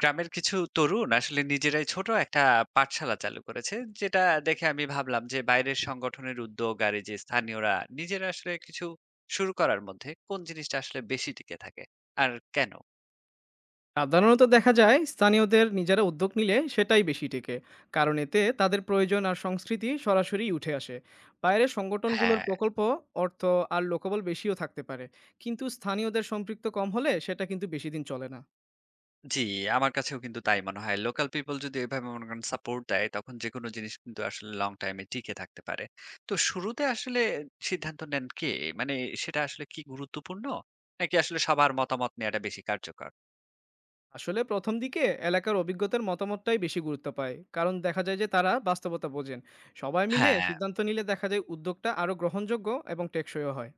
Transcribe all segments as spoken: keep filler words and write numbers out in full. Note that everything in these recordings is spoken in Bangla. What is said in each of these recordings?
গ্রামের কিছু তরুণ আসলে নিজেরাই ছোট একটা পাঠশালা চালু করেছে, যেটা দেখে আমি ভাবলাম যে বাইরের সংগঠনের উদ্যোগ আর এই যে স্থানীয়রা নিজেরা আসলে কিছু শুরু করার মধ্যে কোন জিনিসটা আসলে বেশি টিকে থাকে আর কেন। সাধারণত দেখা যায় স্থানীয়দের নিজেরা উদ্যোগ নিলে সেটাই বেশি টেকে। কারণ এতে তাদের প্রয়োজন আর সংস্কৃতি সরাসরি উঠে আসে। বাইরের সংগঠনগুলোর হ্যাঁ। প্রকল্প অর্থ আর লোকবল বেশিও থাকতে পারে, কিন্তু স্থানীয়দের সম্পৃক্ত কম হলে সেটা কিন্তু বেশি দিন চলে না। জি, আমার কাছেও কিন্তু তাই মনে হয়, লোকাল পিপল যদি এভাবে মনে করেন সাপোর্ট দেয় তখন যে কোনো জিনিস কিন্তু আসলে লং টাইমে টিকে থাকতে পারে। তো শুরুতে আসলে সিদ্ধান্ত নেন কে? মানে সেটা আসলে কি গুরুত্বপূর্ণ, নাকি আসলে সবার মতামত নেওয়াটা বেশি কার্যকর? আসলে প্রথম দিকে এলাকার অভিজ্ঞতার মতামতটাই বেশি গুরুত্ব পায়, কারণ দেখা যায় যে তারা বাস্তবতা বোঝেন। সবাই মিলে হ্যাঁ। সিদ্ধান্ত নিলে দেখা যায় উদ্যোগটা আরও গ্রহণযোগ্য এবং টেকসইও হয়।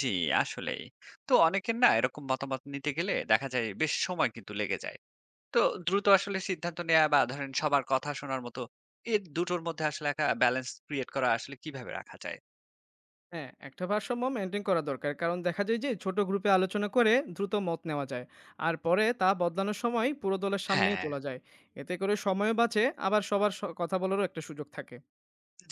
জি, আসলেই। তো অনেকের না এরকম মতামত নিতে গেলে দেখা যায় বেশ সময় কিন্তু লেগে যায়। তো দ্রুত আসলে সিদ্ধান্ত নেয়া বা ধরেন সবার কথা শোনার মতো এই দুটোর মধ্যে আসলে একটা ব্যালেন্স ক্রিয়েট করা আসলে কিভাবে রাখা যায়? হ্যাঁ, একটা ভারসাম্য মেনটেন করা দরকার, কারণ দেখা যায় যে ছোট গ্রুপে আলোচনা করে দ্রুত মত নেওয়া যায় আর পরে তা বদলানোর সময় পুরো দলের সামনেই হ্যাঁ। তোলা যায়। এতে করে সময়ও বাঁচে, আবার সবার স- কথা বলারও একটা সুযোগ থাকে।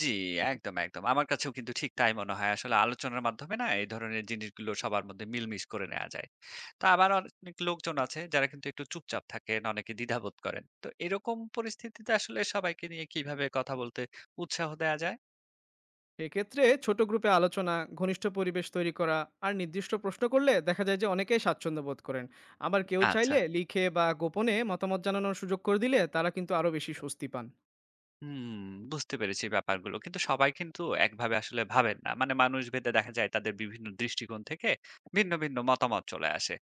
জি, একদম, একদম। আমার কাছেও কিন্তু ঠিক তাই মনে হয়। আসলে আলোচনার মাধ্যমে না এই ধরনের জিনিসগুলো সবার মধ্যে মিলমিশ করে নেয়া যায়। তো আবার অনেক লোকজন আছে যারা কিন্তু একটু চুপচাপ থাকেন, অনেকে দ্বিধাবোধ করেন। তো এরকম পরিস্থিতিতে আসলে সবাইকে নিয়ে কিভাবে কথা বলতে উৎসাহ দেয়া যায়? এক্ষেত্রে ছোট গ্রুপে আলোচনা, ঘনিষ্ঠ পরিবেশ তৈরি করা আর নির্দিষ্ট প্রশ্ন করলে দেখা যায় যে অনেকেই স্বাচ্ছন্দ্য বোধ করেন। আবার কেউ আচ্ছা। চাইলে লিখে বা গোপনে মতামত জানানোর সুযোগ করে দিলে তারা কিন্তু আরও বেশি স্বস্তি পান। হুম, বুঝতে পেরেছি ব্যাপারগুলো। কিন্তু সবাই কিন্তু একভাবে আসলে ভাবেন না। মানে মানুষ ভেদে দেখা যায় তাদের বিভিন্ন দৃষ্টিকোণ থেকে ভিন্ন, ভিন্ন মতামত চলে আসে।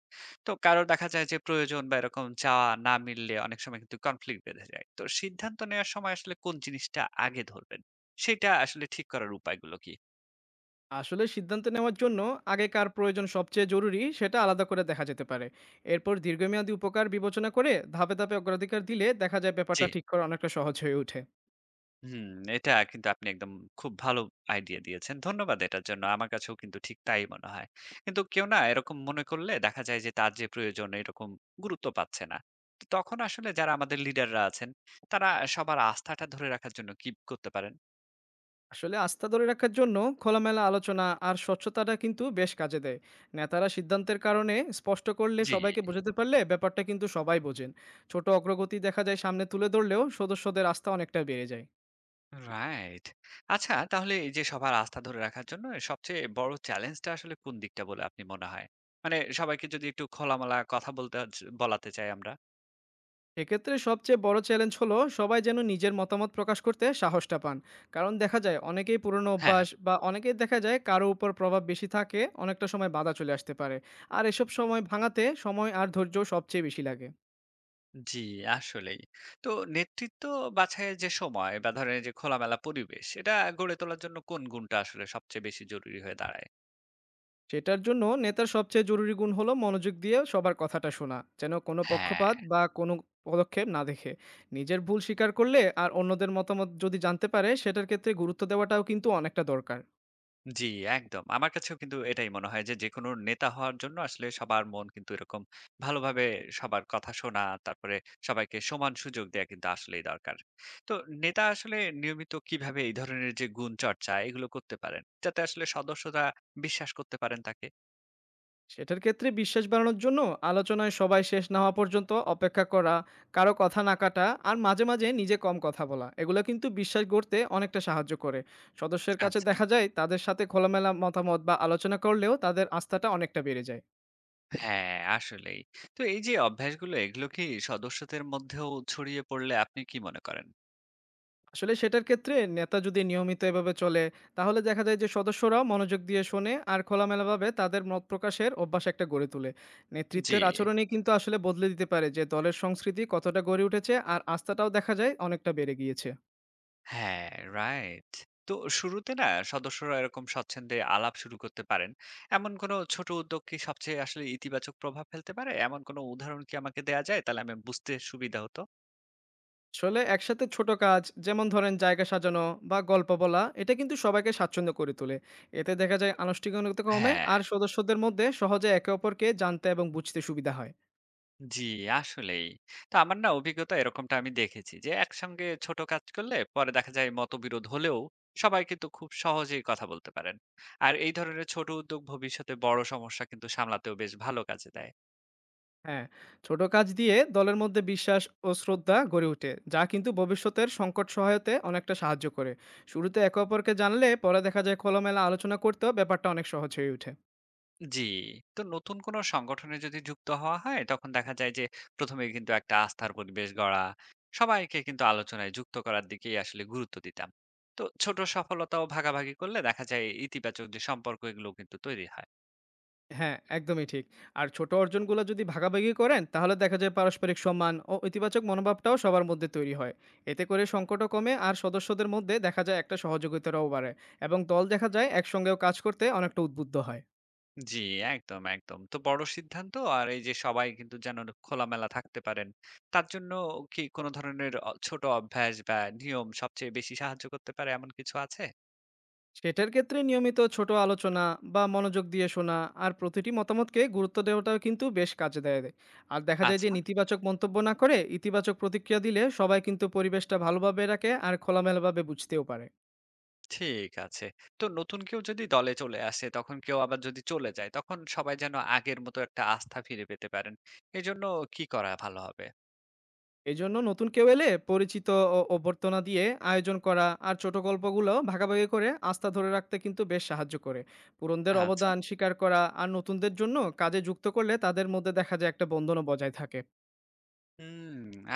তো কারো দেখা যায় যে প্রয়োজন বা এরকম চাওয়া না মিললে অনেক সময় কিন্তু কনফ্লিক্ট বেঁধে যায়। তো সিদ্ধান্ত নেওয়ার সময় আসলে কোন জিনিসটা আগে ধরবেন? সেটা আসলে ঠিক করার উপায়গুলো কি? আসলে সিদ্ধান্ত নেওয়ার জন্য আগে কার প্রয়োজন সবচেয়ে জরুরি সেটা আলাদা করে দেখা যেতে পারে। এরপর দীর্ঘমেয়াদী উপকার বিবেচনা করে ধাপে ধাপে অগ্রাধিকার দিলে দেখা যায় জি। ব্যাপারটা ঠিক করা অনেকটা সহজ হয়ে ওঠে। হুম, এটা কিন্তু আপনি একদম খুব ভালো আইডিয়া দিয়েছেন। ধন্যবাদ এটার জন্য। আমার কাছেও কিন্তু ঠিক তাই মনে হয়। কিন্তু কেউ না এরকম মনে করলে দেখা যায় যে তার যে প্রয়োজন এরকম গুরুত্ব পাচ্ছে না। তো তখন আসলে যারা আমাদের লিডাররা আছেন তারা সবার আস্থাটা ধরে রাখার জন্য কি করতে পারেন? আসলে আস্থা ধরে রাখার জন্য খোলামেলা আলোচনা আর স্বচ্ছতাটা কিন্তু বেশ কাজে দেয়। নেতারা সিদ্ধান্তের কারণে স্পষ্ট করলে, জি। সবাইকে বোঝাতে পারলে ব্যাপারটা কিন্তু সবাই বোঝেন। ছোট অগ্রগতি দেখা যায় সামনে তুলে ধরলেও সদস্যদের আস্থা অনেকটা বেড়ে যায়। রাইট। আচ্ছা, তাহলে এই যে সবার আস্থা ধরে রাখার জন্য সবচেয়ে বড় চ্যালেঞ্জটা আসলে কোন দিকটা বলে আপনি মনে হয়? মানে সবাইকে যদি একটু খোলামেলা কথা বলতে চ বলাতে চাই আমরা। এক্ষেত্রে সবচেয়ে বড় চ্যালেঞ্জ হলো সবাই যেন নিজের মতামত প্রকাশ করতে সাহসটা পান। কারণ দেখা যায় অনেকেই পুরনো হ্যাঁ। অভ্যাস বা অনেকেই দেখা যায় কারো উপর প্রভাব বেশি থাকে, অনেকটা সময় বাধা চলে আসতে পারে। আর এসব সময় ভাঙাতে সময় আর ধৈর্য সবচেয়ে বেশি লাগে। জি, আসলেই। তো নেতৃত্ব বাছাইয়ের যে সময় বা ধরেন এই যে খোলামেলা পরিবেশ, এটা গড়ে তোলার জন্য কোন গুণটা আসলে সবচেয়ে বেশি জরুরি হয়ে দাঁড়ায়? সেটার জন্য নেতার সবচেয়ে জরুরি গুণ হলো মনোযোগ দিয়ে সবার কথাটা শোনা, যেন কোনো হ্যাঁ। পক্ষপাত বা কোনো পদক্ষেপ না দেখে নিজের ভুল স্বীকার করলে আর অন্যদের মতামত যদি জানতে পারে সেটার ক্ষেত্রে গুরুত্ব দেওয়াটাও কিন্তু অনেকটা দরকার। জি, একদম। আমার কাছেও কিন্তু এটাই মনে হয় যে যেকোনো নেতা হওয়ার জন্য আসলে সবার মন কিন্তু এরকম ভালোভাবে সবার কথা শোনা, তারপরে সবাইকে সমান সুযোগ দেয়া কিন্তু আসলেই দরকার। তো নেতা আসলে নিয়মিত কিভাবে এই ধরনের যে গুণ চর্চা এগুলো করতে পারেন? যাতে আসলে সদস্যরা বিশ্বাস করতে পারেন তাকে? সেটার ক্ষেত্রে বিশ্বাস বাড়ানোর জন্য আলোচনায় সবাই শেষ না হওয়া পর্যন্ত অপেক্ষা করা, কারো কথা না কাটা আর মাঝে মাঝে নিজে কম কথা বলা এগুলো কিন্তু বিশ্বাস গড়তে অনেকটা সাহায্য করে। সদস্যের কাছে আচ্ছা। দেখা যায় তাদের সাথে খোলামেলা মতামত বা আলোচনা করলেও তাদের আস্থাটা অনেকটা বেড়ে যায়। হ্যাঁ, আসলেই। তো এই যে অভ্যাসগুলো এগুলো কি সদস্যদের মধ্যেও ছড়িয়ে পড়লে আপনি কি মনে করেন? আসলে সেটার ক্ষেত্রে নেতা যদি নিয়মিত এভাবে চলে, তাহলে দেখা যায় যে সদস্যরাও মনোযোগ দিয়ে শোনে আর খোলামেলাভাবে তাদের মত প্রকাশের অভ্যাস একটা গড়ে তোলে। জি। নেতৃত্বের আচরণই কিন্তু আসলে বদলে দিতে পারে যে দলের সংস্কৃতি কতটা গড়ে উঠেছে আর আস্থাটাও দেখা যায় অনেকটা বেড়ে গিয়েছে। হ্যাঁ, রাইট। তো শুরুতে না সদস্যরা এরকম স্বচ্ছন্দে আলাপ শুরু করতে পারেন। এমন কোনো ছোট উদ্যোগ কি সবচেয়ে আসলে ইতিবাচক প্রভাব ফেলতে পারে? এমন কোনো উদাহরণ কি আমাকে দেয়া যায়? তাহলে আমি বুঝতে সুবিধা হতো। আসলে একসাথে ছোট কাজ যেমন ধরেন জায়গা সাজানো বা গল্প বলা এটা কিন্তু সবাইকে স্বাচ্ছন্দ্য করে তোলে। এতে দেখা যায় আনুষ্ঠানিকতা কমে হ্যাঁ। আর সদস্যদের মধ্যে সহজে একে অপরকে জানতে এবং বুঝতে সুবিধা হয়। জি, আসলেই। তো আমার না অভিজ্ঞতা এরকমটা আমি দেখেছি যে, একসঙ্গে ছোট কাজ করলে পরে দেখা যায় মতবিরোধ হলেও সবাই কিন্তু খুব সহজেই কথা বলতে পারেন। আর এই ধরনের ছোট উদ্যোগ ভবিষ্যতে বড় সমস্যা কিন্তু সামলাতেও বেশ ভালো কাজে দেয়। হ্যাঁ, ছোট কাজ দিয়ে দলের মধ্যে বিশ্বাস ও শ্রদ্ধা গড়ে ওঠে যা কিন্তু ভবিষ্যতের সংকট সহায়তে অনেকটা সাহায্য করে। শুরুতে একে অপরকে জানলে পরে দেখা যায় খোলামেলা আলোচনা করতেও ব্যাপারটা অনেক সহজ হয়ে ওঠে। জি, তো নতুন কোনো সংগঠনে যদি যুক্ত হওয়া হয় তখন দেখা যায় যে, প্রথম এই কিন্তু একটা আস্থার পরিবেশ গড়া, সবাইকে কিন্তু আলোচনায় যুক্ত করার দিকেই আসলে গুরুত্ব দিতাম। তো ছোট সফলতাও ভাগাভাগি করলে দেখা যায় ইতিবাচক যে সম্পর্ক এগুলো কিন্তু তৈরি হয়। হ্যাঁ, একদমই ঠিক। আর ছোট অর্জনগুলো যদি ভাগাভাগি করেন তাহলে দেখা যায় পারস্পরিক সম্মান ও ইতিবাচক মনোভাবটাও সবার মধ্যে তৈরি হয়। এতে করে সংকটও কমে আর সদস্যদের মধ্যে দেখা যায় একটা সহযোগিতারও বাড়ে এবং দল দেখা যায় একসঙ্গেও কাজ করতে অনেকটা উদ্বুদ্ধ হয়। জি, একদম, একদম। তো বড় সিদ্ধান্ত আর এই যে সবাই কিন্তু যেন খোলামেলা থাকতে পারেন। তার জন্য কি কোন ধরনের অ ছোট অভ্যাস বা নিয়ম সবচেয়ে বেশি সাহায্য করতে পারে এমন কিছু আছে? সেটার ক্ষেত্রে নিয়মিত ছোট আলোচনা বা মনোযোগ দিয়ে শোনা আর প্রতিটি মতামতকে গুরুত্ব দেওয়াটাও কিন্তু বেশ কাজে দেয়। আর দেখা যায় যে আচ্ছা, নেতিবাচক মন্তব্য না করে ইতিবাচক প্রতিক্রিয়া দিলে সবাই কিন্তু পরিবেশটা ভালোভাবে রাখে আর খোলামেলাভাবে বুঝতেও পারে। ঠিক আছে। তো নতুন কেউ যদি দলে চলে আসে, তখন কেউ আবার যদি চলে যায়, তখন সবাই যেন আগের মতো একটা আস্থা ফিরে পেতে পারেন। এজন্য কি করা ভালো হবে? এই জন্য নতুন কেউ এলে পরিচিত ও অভ্যর্থনা দিয়ে আয়োজন করা আর ছোট গল্পগুলো ভাগাভাগি করে আস্থা ধরে রাখতে কিন্তু বেশ সাহায্য করে। পুরনদের আচ্ছা। অবদান স্বীকার করা আর নতুনদের জন্য কাজে যুক্ত করলে তাদের মধ্যে দেখা যায় একটা বন্ধনও বজায় থাকে। হুম,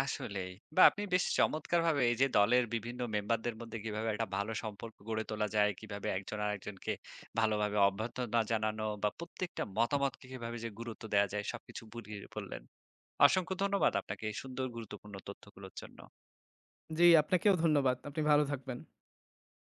আসলেই। বা আপনি বেশ চমৎকারভাবে এই যে দলের বিভিন্ন মেম্বারদের মধ্যে কিভাবে একটা ভালো সম্পর্ক গড়ে তোলা যায়, কিভাবে একজন আরেকজনকে ভালোভাবে অভ্যর্থনা জানানো বা প্রত্যেকটা মতামতকে কিভাবে যে গুরুত্ব দেয়া যায় সবকিছু বুঝিয়ে বললেন। অসংখ্য ধন্যবাদ আপনাকে এই সুন্দর গুরুত্বপূর্ণ তথ্যগুলোর জন্য। জি, আপনাকেও ধন্যবাদ। আপনি ভালো থাকবেন।